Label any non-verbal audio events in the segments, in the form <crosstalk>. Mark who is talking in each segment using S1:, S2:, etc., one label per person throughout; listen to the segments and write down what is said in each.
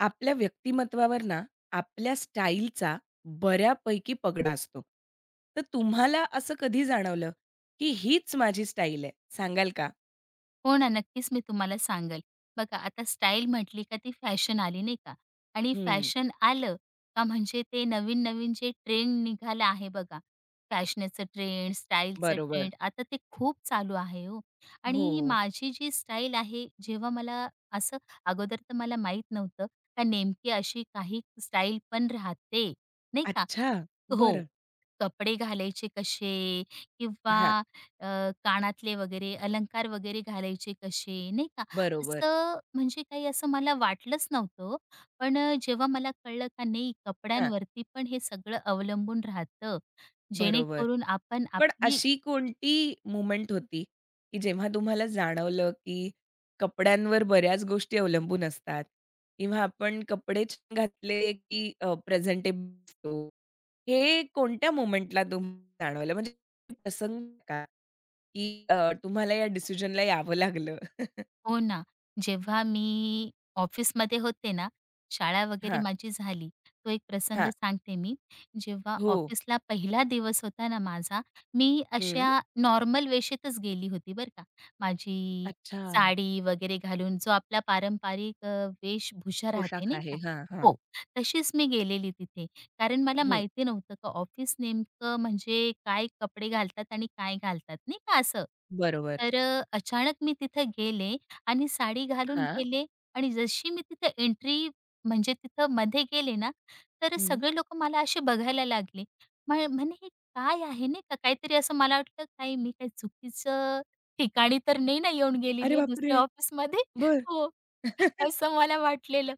S1: आपल्या व्यक्तिमत्वावर ना, आपल्या स्टाईलचा बऱ्यापैकी पगडा असतो. तर तुम्हाला असं कधी जाणवलं, की हीच माझी स्टाईल आहे? सांगाल का?
S2: हो ना, नक्कीच मी तुम्हाला सांगेल. बघा आता स्टाईल म्हटली का ती फॅशन आली नाही का आणि
S1: हं,
S2: फॅशन आलं का म्हणजे ते नवीन-नवीन जे ट्रेंड निघाला आहे बघा, फॅशनेचं ट्रेंड, स्टाईलचं
S1: बरोबर.
S2: ट्रेंड आता ते खूप चालू आहे हो.
S1: हो.
S2: आणि माझी जी स्टाईल आहे जेव्हा मला असं अगोदर तर मला माहीत नव्हतं का नेमकी अशी काही स्टाईल पण राहते, नाही का?
S1: अच्छा.
S2: हो.
S1: बरं.
S2: कपडे घालायचे कसे किंवा
S1: हां.
S2: अ, कानातले वगैरे अलंकार वगैरे घालायचे कसे नाही का?
S1: बरोबर.
S2: असं म्हणजे काही असं मला वाटलंच नव्हतं पण जेव्हा मला कळलं का नाही
S1: हां.
S2: कपड्यांवरती पण हे सगळं अवलंबून राहतं,
S1: बरोबर.
S2: जेणेकरून आपण
S1: पण
S2: आपली
S1: अशी कोणती मुमेंट होती, की जेव्हा तुम्हाला जाणवलं, की कपड्यांवर बऱ्याच गोष्टी अवलंबून असतात किंवा आपण कपडे छान घातले, की प्रेझेंटेबल दिसतो? हे कोणत्या मोमेंटला तुम्हाला जाणवलं? म्हणजे प्रसंग का? की तुम्हाला या डिसिजनला यावं लागलं?
S2: हो ना. जेव्हा मी ऑफिसमध्ये होते ना, शाळा वगैरे
S1: हां,
S2: माझी झाली. तो एक प्रसंग
S1: हां.
S2: सांगते मी. जेव्हा
S1: हो.
S2: ऑफिसला पहिला दिवस होता ना माझा, मी
S1: हं.
S2: अशा नॉर्मल वेशेतच गेली होती बरं का. माझी
S1: अच्छा.
S2: साडी वगैरे घालून जो आपला पारंपरिक वेशभूषा राहते
S1: पोशाख
S2: नाही
S1: आहे.
S2: का?
S1: हां. हां.
S2: हो, तशीच मी गेलेली तिथे. कारण मला
S1: हं.
S2: माहिती नव्हतं का ऑफिस नेमकं म्हणजे काय कपडे घालतात आणि काय घालतात नाही का असं.
S1: बरोबर.
S2: तर अचानक मी तिथं गेले आणि साडी घालून
S1: हां.
S2: गेले आणि जशी मी तिथं एंट्री म्हणजे तिथं मध्ये गेले ना, तर
S1: हं.
S2: सगळे लोक मला असे बघायला लागले. म्हणे हे काय आहे नाही का? काहीतरी असं मला वाटलं काही मी काही चुकीचं ठिकाणी तर नाही ना येऊन गेलेली
S1: अरे
S2: आहे दुसऱ्या
S1: बापरे!
S2: ऑफिसमध्ये?
S1: बरं.
S2: हो. असं मला वाटलेलं.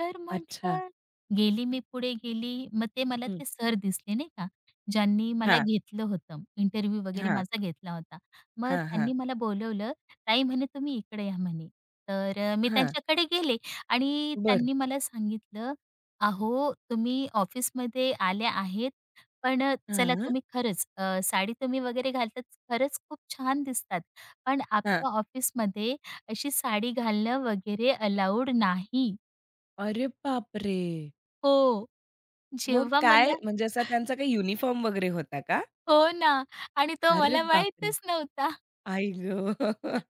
S2: तर
S1: अच्छा.
S2: म्हटलं गेली मी पुढे गेली. मग ते मला
S1: हं.
S2: ते सर दिसले नाही का, ज्यांनी मला
S1: हां,
S2: घेतलं होतं. इंटरव्ह्यू वगैरे
S1: हां,
S2: माझा घेतला होता. मग
S1: हां, हां,
S2: त्यांनी मला बोलवलं, "ताई," म्हणे, "तुम्ही इकडे या," म्हणे. तर मी
S1: हां.
S2: त्यांच्याकडे गेले आणि
S1: बरं.
S2: त्यांनी मला सांगितलं, "अहो, तुम्ही ऑफिसमध्ये आल्या आहेत, पण चला
S1: हां.
S2: तुम्ही खरंच साडी तुम्ही वगैरे घालतात खरंच खूप छान दिसतात. पण
S1: हां.
S2: आपल्या ऑफिसमध्ये अशी साडी घालणं वगैरे अलाउड नाही.
S1: अरे बापरे!
S2: हो,
S1: मग
S2: जेव्हा
S1: काय
S2: मला
S1: म्हणजे असा त्यांचा काही युनिफॉर्म वगैरे होता का?
S2: हो ना आणि तो
S1: अरे
S2: मला
S1: बापरे!
S2: माहीतच नव्हता.
S1: आई गं!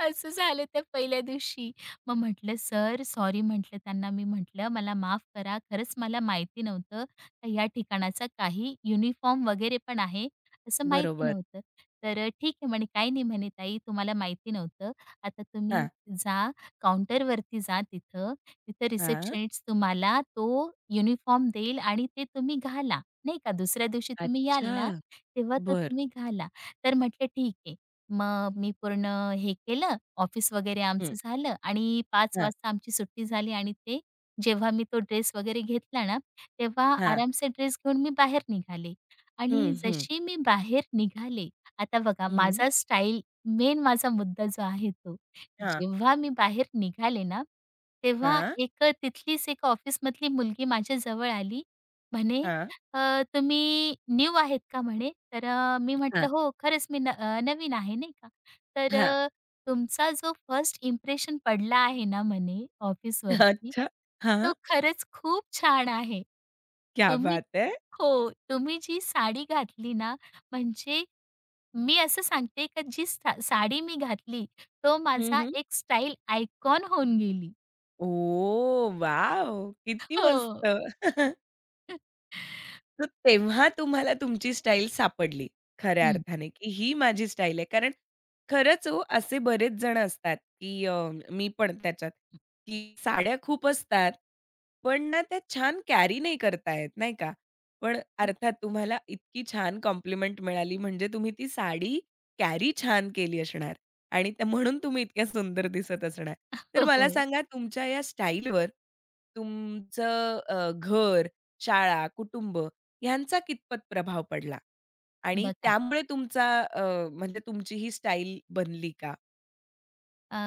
S2: असं झालं त्या पहिल्या दिवशी. मग म्हटलं, "सर, सॉरी" म्हटलं त्यांना मी म्हटलं, "मला माफ करा. खरंच मला माहिती नव्हतं का या ठिकाणाचा काही युनिफॉर्म वगैरे पण आहे, असं माहिती
S1: बरोबर.
S2: नव्हतं." तर "ठीक आहे" म्हणे, "काही नाही" म्हणे, "ताई, तुम्हाला माहिती नव्हतं. आता तुम्ही
S1: हां.
S2: जा, काउंटरवरती जा तिथं. तिथं
S1: हां.
S2: रिसेप्शनिस्ट तुम्हाला तो युनिफॉर्म देईल आणि ते तुम्ही घाला, नाही का. दुसऱ्या दिवशी तुम्ही याल
S1: अच्छा!
S2: ना, तेव्हा तो
S1: बरं.
S2: तुम्ही घाला." तर म्हटलं, "ठीक आहे." मग मी पूर्ण हे केलं, ऑफिस वगैरे
S1: हं.
S2: आमचं झालं आणि 5
S1: हां,
S2: वाजता आमची सुट्टी झाली आणि ते जेव्हा मी तो ड्रेस वगैरे घेतला ना, तेव्हा
S1: हां.
S2: आरामसे ड्रेस घेऊन मी बाहेर निघाले
S1: हं,
S2: आणि
S1: हं.
S2: जशी मी बाहेर निघाले, आता बघा
S1: हं.
S2: माझा स्टाईल मेन माझा मुद्दा जो आहे तो.
S1: हां,
S2: जेव्हा मी बाहेर निघाले ना, तेव्हा
S1: हां,
S2: एक तिथलीच एक ऑफिसमधली मुलगी माझ्या जवळ आली. म्हणे
S1: हां.
S2: तुम्ही न्यू आहेत का म्हणे? तर मी
S1: हां,
S2: म्हटलं, "हो, खरंच मी नवीन आहे," नाही का. तर
S1: हां.
S2: "तुमचा जो फर्स्ट इम्प्रेशन पडला आहे ना," म्हणे, "ऑफिसवरती,
S1: अच्छा. हां.
S2: तो खरंच खूप छान आहे.
S1: क्या
S2: तुम्ही"
S1: बात है!
S2: हो, "तुम्ही जी साडी घातली ना, म्हणजे मी असं सांगते का जी साडी मी घातली, तो
S1: हं,
S2: माझा
S1: हं.
S2: एक स्टाईल आयकॉन होऊन गेली."
S1: Oh, wow! किती मस्त.
S2: हो.
S1: <laughs> तर तेव्हा तुम्हाला तुमची स्टाईल सापडली खऱ्या
S2: हं.
S1: अर्थाने, की ही माझी स्टाईल आहे. कारण खरंच हो, असे बरेच जण असतात, की मी पण त्याच्यात, की साड्या खूप असतात, पण ना त्या छान कॅरी नाही करता येत, नाही का? पण अर्थात तुम्हाला इतकी छान कॉम्प्लिमेंट मिळाली म्हणजे तुम्ही ती साडी कॅरी छान केली असणार आणि त्या म्हणून तुम्ही इतक्या सुंदर दिसत असणार. तर
S2: हो,
S1: मला
S2: हो.
S1: सांगा तुमच्या या स्टाईलवर तुमचं घर, शाळा, कुटुंब ह्यांचा कितपत प्रभाव पडला? आणि
S2: बघा.
S1: त्यामुळे तुमचा म्हणजे तुमची ही स्टाईल बनली का?
S2: अ,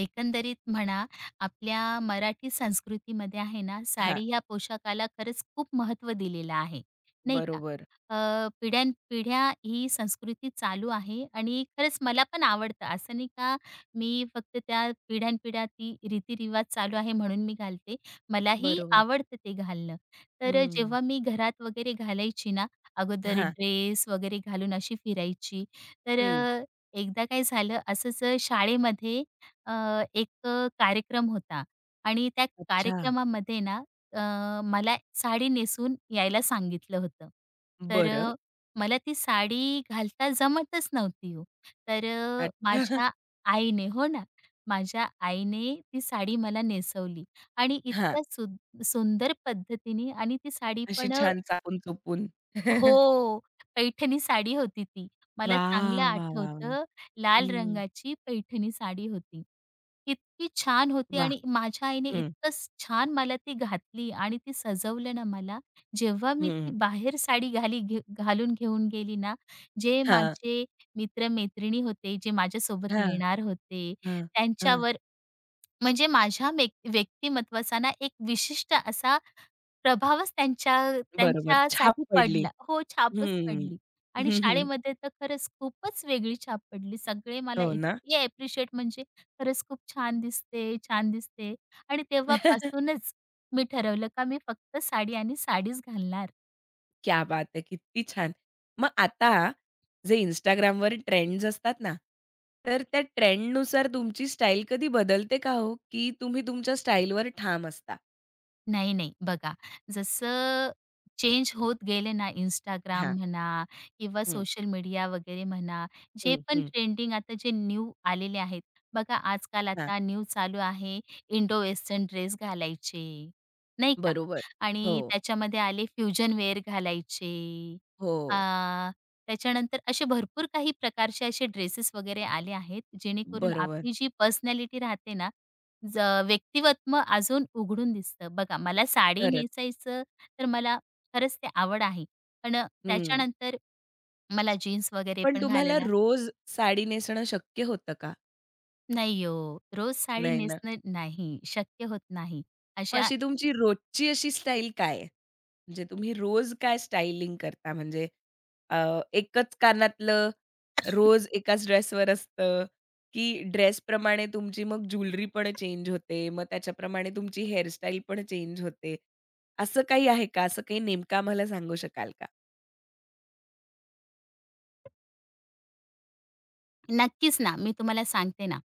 S2: एकंदरीत म्हणा, आपल्या मराठी संस्कृतीमध्ये आहे ना,
S1: हां,
S2: साडी ह्या पोशाखाला खरंच खूप महत्व दिलेलं आहे, नाही का?
S1: बरोबर.
S2: पिढ्यानपिढ्या ही संस्कृती चालू आहे आणि खरंच मला पण आवडतं. असं नाही का, मी फक्त त्या पिढ्यानपिढ्या ती रीतिरिवाज चालू आहे म्हणून मी घालते. मलाही
S1: बरोबर.
S2: आवडतं ते घालणं. तर
S1: हं.
S2: जेव्हा मी घरात वगैरे घालायची ना, अगोदर
S1: हां,
S2: ड्रेस वगैरे घालून अशी फिरायची. तर
S1: हं.
S2: एकदा काय झालं असंच शाळेमध्ये अ, एक कार्यक्रम होता आणि त्या
S1: अच्छा.
S2: कार्यक्रमामध्ये ना मला साडी नेसून यायला सांगितलं होतं. तर
S1: बरं.
S2: मला ती साडी घालता जमतच नव्हती हो. तर
S1: अच्छा.
S2: माझ्या आईने हो ना, माझ्या आईने ती साडी मला नेसवली आणि
S1: हां.
S2: इतक्या सुंदर पद्धतीने आणि ती साडी
S1: अशी
S2: पण
S1: छान चापून-चोपून.
S2: हो, पैठणी साडी होती ती. मला चांगलं
S1: वाह! वाह, वाह, वाह!
S2: आठवतं, लाल
S1: हं.
S2: रंगाची पैठणी साडी होती. इतकी छान होती
S1: वाह!
S2: आणि माझ्या आईने
S1: हं,
S2: इतकं छान मला ती घातली आणि ती सजवलं ना मला. जेव्हा मी ती
S1: हं.
S2: बाहेर साडी घाली घे घालून घेऊन गेली ना, जे
S1: हां.
S2: माझे मित्र होते, जे माझ्यासोबत
S1: हां,
S2: येणार होते,
S1: हां, हां.
S2: त्यांच्यावर म्हणजे माझ्या व्यक्तिमत्त्वाचा ना एक विशिष्ट असा प्रभावच त्यांच्या
S1: बरोबर. छाप
S2: त्यांच्यासाठी
S1: पडली.
S2: पडला. हो, छापच
S1: हं.
S2: पडली आणि
S1: हं, हं. <laughs>
S2: शाळेमध्ये तर खरंच खूपच वेगळी छाप पडली. सगळे मला
S1: हो ना?
S2: इतके ॲप्रिशिएट म्हणजे खरंच खूप छान दिसते, छान दिसते आणि तेव्हापासूनच मी ठरवलं का मी फक्त साडी आणि साडीच घालणार.
S1: क्या बात है! किती छान. मग आता जे Instagramवर ट्रेंड्स असतात ना, तर त्या ट्रेंडनुसार तुमची स्टाईल कधी बदलते का हो? की तुम्ही तुमच्या स्टाईलवर ठाम असता?
S2: नाही, नाही. बघा, जसं चेंज होत गेले ना Instagram
S1: हां.
S2: म्हणा किंवा
S1: हं,
S2: सोशल मीडिया वगैरे म्हणा, जे
S1: हं,
S2: पण
S1: हं.
S2: ट्रेंडिंग आता जे न्यू आलेले आहेत. बघा, आजकाल
S1: हां,
S2: आता न्यू चालू आहे इंडो वेस्टर्न ड्रेस घालायचे, नाही का?
S1: बरोबर. हो,
S2: आणि त्याच्यामध्ये आले फ्युजन वेअर घालायचे.
S1: हो.
S2: अ, त्याच्यानंतर असे भरपूर काही प्रकारचे असे ड्रेसेस वगैरे आले आहेत, जेणेकरून
S1: बरोबर.
S2: आपली जी पर्सनॅलिटी राहते ना ज व्यक्तिमत्व अजून उघडून दिसतं. बघा मला साडी
S1: खरंच.
S2: नेसायचं तर मला खरंच ते आवड आहे. पण
S1: हं.
S2: त्याच्यानंतर मला जीन्स वगैरे
S1: पण
S2: पण
S1: तुम्हाला
S2: घालायला
S1: रोज साडी नेसणं शक्य होतं का?
S2: नाही हो, रोज साडी
S1: नाही ना?
S2: नेसणं नाही, शक्य होत नाही.
S1: मग
S2: अशा
S1: अशी तुमची रोजची अशी स्टाईल काय आहे? म्हणजे तुम्ही रोज काय स्टायलिंग करता? म्हणजे अ, एकच कानातलं रोज एकाच ड्रेसवर असतं, की ड्रेसप्रमाणे तुमची मग ज्वेलरी पण चेंज होते, मग त्याच्याप्रमाणे तुमची हेअरस्टाईल पण चेंज होते. असं काही आहे का? असं काही नेमकं आम्हाला सांगू शकाल का?
S2: नक्कीच ना, मी तुम्हाला सांगते ना,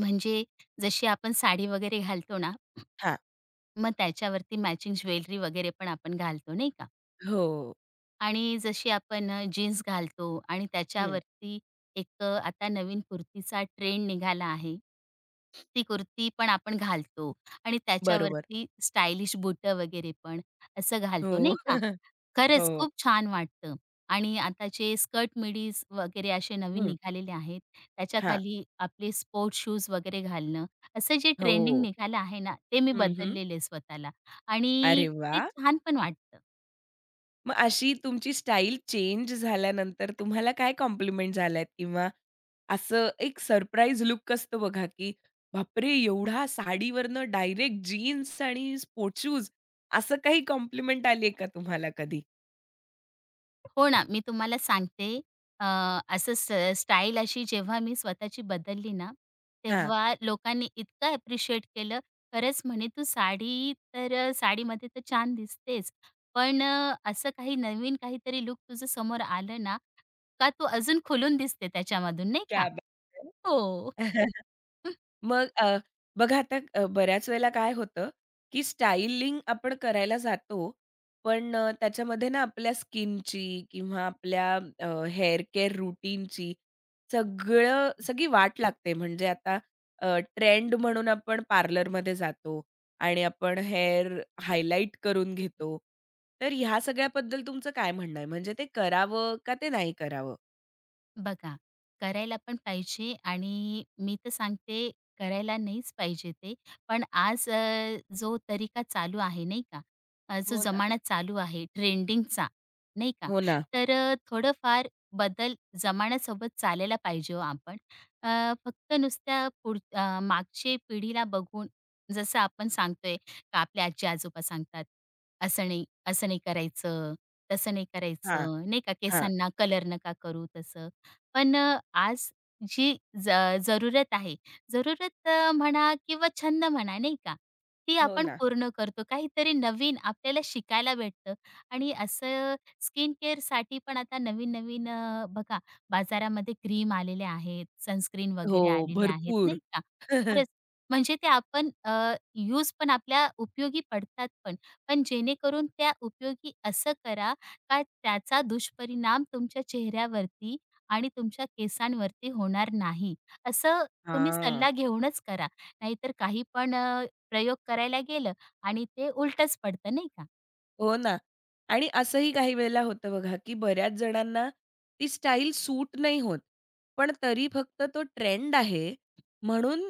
S2: म्हणजे जशी आपण साडी वगैरे घालतो ना,
S1: हां.
S2: मग त्याच्यावरती मॅचिंग ज्वेलरी वगैरे पण आपण घालतो, नाही का?
S1: हो.
S2: आणि जशी आपण जीन्स घालतो आणि
S1: हं.
S2: त्याच्यावरती एक आता नवीन कुर्तीचा ट्रेंड निघाला आहे. ती कुर्ती पण आपण घालतो आणि
S1: बरोबर.
S2: त्याच्यावरती स्टायलिश बुटं वगैरे पण असं घालतो
S1: हो.
S2: नाही का?
S1: <laughs>
S2: खरंच
S1: हो.
S2: खूप छान वाटतं आणि आताचे स्कर्ट मिडीज वगैरे असे नवीन
S1: हं.
S2: निघालेले आहेत.
S1: हां.
S2: त्याच्याखाली आपले स्पोर्ट्स शूज वगैरे घालणं, असं जे ट्रेंडिंग
S1: हो.
S2: निघालं आहे ना, ते मी
S1: हं, हं.
S2: बदललेलं स्वतःला
S1: अरे
S2: आणि ते
S1: वाह!
S2: छान पण वाटतं.
S1: मग अशी तुमची स्टाईल चेंज झाल्यानंतर तुम्हाला काय कॉम्प्लिमेंट झाल्यात? किंवा असं एक सरप्राईज लूक असतो बघा, की बापरे! एवढा साडीवरनं डायरेक्ट जीन्स आणि स्पोर्ट्स शूज असं काही कॉम्प्लिमेंट आली का तुम्हाला कधी?
S2: हो ना, मी तुम्हाला सांगते अ, असं स्टाईल अशी जेव्हा मी स्वतःची बदलली ना,
S1: हां.
S2: तेव्हा लोकांनी इतकं ॲप्रिशिएट केलं. खरंच म्हणे तू साडी तर साडीमध्ये तर छान दिसतेच. पण असं काही नवीन काहीतरी लुक तुझं समोर आलं ना, का तू अजून खुलून दिसते त्याच्यामधून नाही का?
S1: क्या बात
S2: हो.
S1: है!
S2: <laughs>
S1: मग बघा आता बऱ्याच वेळेला काय होतं, की स्टायलिंग आपण करायला जातो, पण त्याच्यामध्ये ना आपल्या स्किनची किंवा आपल्या हेअर केअर रूटीनची सगळं सगळी वाट लागते. म्हणजे आता ट्रेंड म्हणून आपण पार्लरमध्ये जातो आणि आपण हेअर हायलाइट करून घेतो. तर ह्या सगळ्याबद्दल तुमचं काय म्हणणं आहे? म्हणजे ते करावं का ते नाही करावं?
S2: बघा, करायला पण पाहिजे आणि मी तर सांगते करायला नाहीच पाहिजे ते. पण आज जो तरीका चालू आहे नाही का, जो
S1: हो ना.
S2: जमाना चालू आहे ट्रेंडिंगचा नाही का,
S1: हो ना.
S2: तर थोडंफार बदल जमान्यासोबत चालायला पाहिजे हो आपण. फक्त नुसत्या मागची पिढीला बघून जसं आपण सांगतोय का आपले आजी-आजोबा सांगतात, "असं नाही, असं नाही करायचं, तसं नाही
S1: हां,
S2: करायचं." नाही का,
S1: हां.
S2: "केसांना कलर नका करू." तसं. पण आज जी ज जरूरत आहे, जरूरत म्हणा किंवा छंद म्हणा नाही का, ती
S1: हो
S2: आपण
S1: ना.
S2: पूर्ण करतो. काहीतरी नवीन आपल्याला शिकायला भेटतं आणि असं स्किन केअरसाठी पण आता नवीन-नवीन बघा बाजारामध्ये क्रीम आलेले आहेत, सनस्क्रीन वगैरे
S1: हो,
S2: आलेले आहेत
S1: भरपूर.
S2: नाही का.
S1: <laughs>
S2: खरंच म्हणजे ते आपण यूज पण आपल्या उपयोगी पडतात पण. पण जेणेकरून त्या उपयोगी असं करा का त्याचा दुष्परिणाम तुमच्या चेहऱ्यावरती आणि तुमच्या केसांवरती होणार नाही. असं तुम्ही
S1: हां.
S2: सल्ला घेऊनच करा. नाहीतर काही पण प्रयोग करायला गेलं आणि ते उलटंच पडतं नाही का?
S1: हो ना. आणि असंही काही वेळेला होतं बघा, की बऱ्याच जणांना ती स्टाईल सूट नाही होत. पण तरी फक्त तो ट्रेंड आहे म्हणून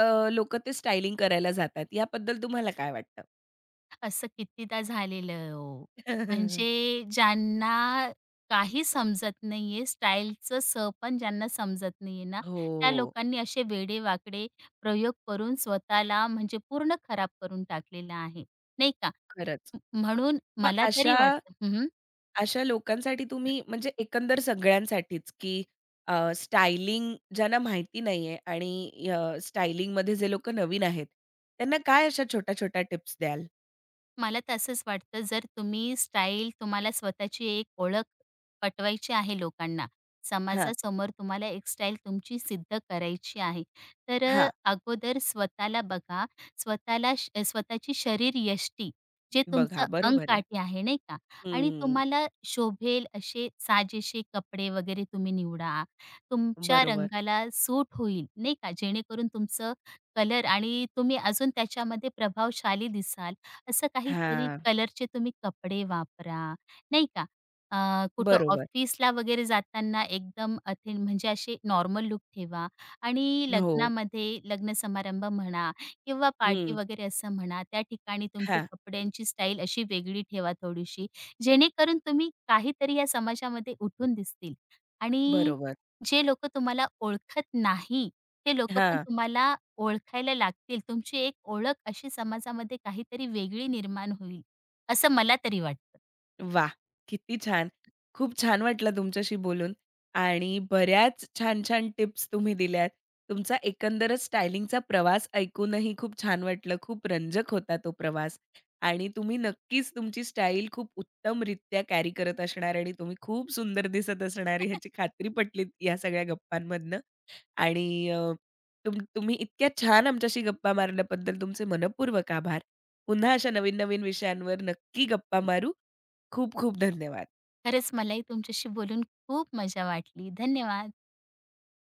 S1: अ, लोकं ते स्टायलिंग करायला जातात. याबद्दल तुम्हाला काय वाटतं?
S2: असं कितीदा झालेलं ओ. म्हणजे
S1: <laughs>
S2: ज्यांना काही समजत नाहीये, स्टाईलचं पण ज्यांना समजत नाहीये ना, त्या
S1: हो,
S2: लोकांनी असे वेडेवाकडे प्रयोग करून स्वतःला म्हणजे पूर्ण खराब करून टाकलेलं आहे, नाही का?
S1: खरंच.
S2: म्हणून
S1: मग
S2: मला तरी
S1: अशा
S2: वाटतं हं.
S1: अशा लोकांसाठी तुम्ही म्हणजे एकंदर सगळ्यांसाठीच, की स्टायलिंग ज्यांना माहिती नाहीये आणि स्टायलिंगमध्ये जे लोकं नवीन आहेत, त्यांना काय अशा छोट्या-छोट्या टिप्स द्याल?
S2: मला तसंच वाटतं जर तुम्ही स्टाईल तुम्हाला स्वतःची एक ओळख पटवायची आहे लोकांना, समाजासमोर तुम्हाला एक स्टाईल तुमची सिद्ध करायची आहे. तर
S1: हा
S2: अगोदर स्वतःला बघा, स्वतःला श स्वतःची शरीरयष्टी जे
S1: बघा
S2: तुमचं
S1: बरोबर आहे.
S2: अंगकाठी आहे नाही का आणि
S1: हं.
S2: तुम्हाला शोभेल असे साजेसे कपडे वगैरे तुम्ही निवडा. तुमच्या
S1: बरोबर.
S2: रंगाला सूट होईल नाही का जेणेकरून तुमचं कलर आणि तुम्ही अजून त्याच्यामध्ये प्रभावशाली दिसाल. असं काहीतरी
S1: हां,
S2: कलरचे तुम्ही कपडे वापरा, नाही का. अ, कुठं
S1: बरोबर.
S2: ऑफिसला वगैरे जाताना एकदम अथे म्हणजे असे नॉर्मल लूक ठेवा आणि
S1: हो.
S2: लग्नामध्ये लग्न समारंभ म्हणा किंवा पार्टी
S1: हं.
S2: वगैरे असं म्हणा, त्या ठिकाणी तुमची
S1: हां,
S2: कपड्यांची स्टाईल अशी वेगळी ठेवा थोडीशी, जेणेकरून तुम्ही काहीतरी या समाजामध्ये उठून दिसतील आणि
S1: बरोबर.
S2: जे लोकं तुम्हाला ओळखत नाही, ते लोकं पण
S1: हां,
S2: तुम्हाला ओळखायला लागतील. तुमची एक ओळख अशी समाजामध्ये काहीतरी वेगळी निर्माण होईल, असं मला तरी वाटतं.
S1: वाह! किती छान. खूप छान वाटलं तुमच्याशी बोलून आणि बऱ्याच छान-छान टिप्स तुम्ही दिल्यात. तुमचा एकंदरच स्टायलिंगचा प्रवास ऐकूनही खूप छान वाटलं. खूप रंजक होता तो प्रवास आणि तुम्ही नक्कीच तुमची स्टाईल खूप उत्तमरित्या कॅरी करत असणार आणि तुम्ही खूप सुंदर दिसत असणार ह्याची खात्री पटली या सगळ्या गप्पांमधनं. आणि तुम्ही इतक्या छान आमच्याशी गप्पा मारल्याबद्दल तुमचे मनःपूर्वक आभार. पुन्हा अशा नवीन-नवीन विषयांवर नक्की गप्पा मारू. खूप खूप धन्यवाद.
S2: खरंच मलाही तुमच्याशी बोलून खूप मजा वाटली. धन्यवाद.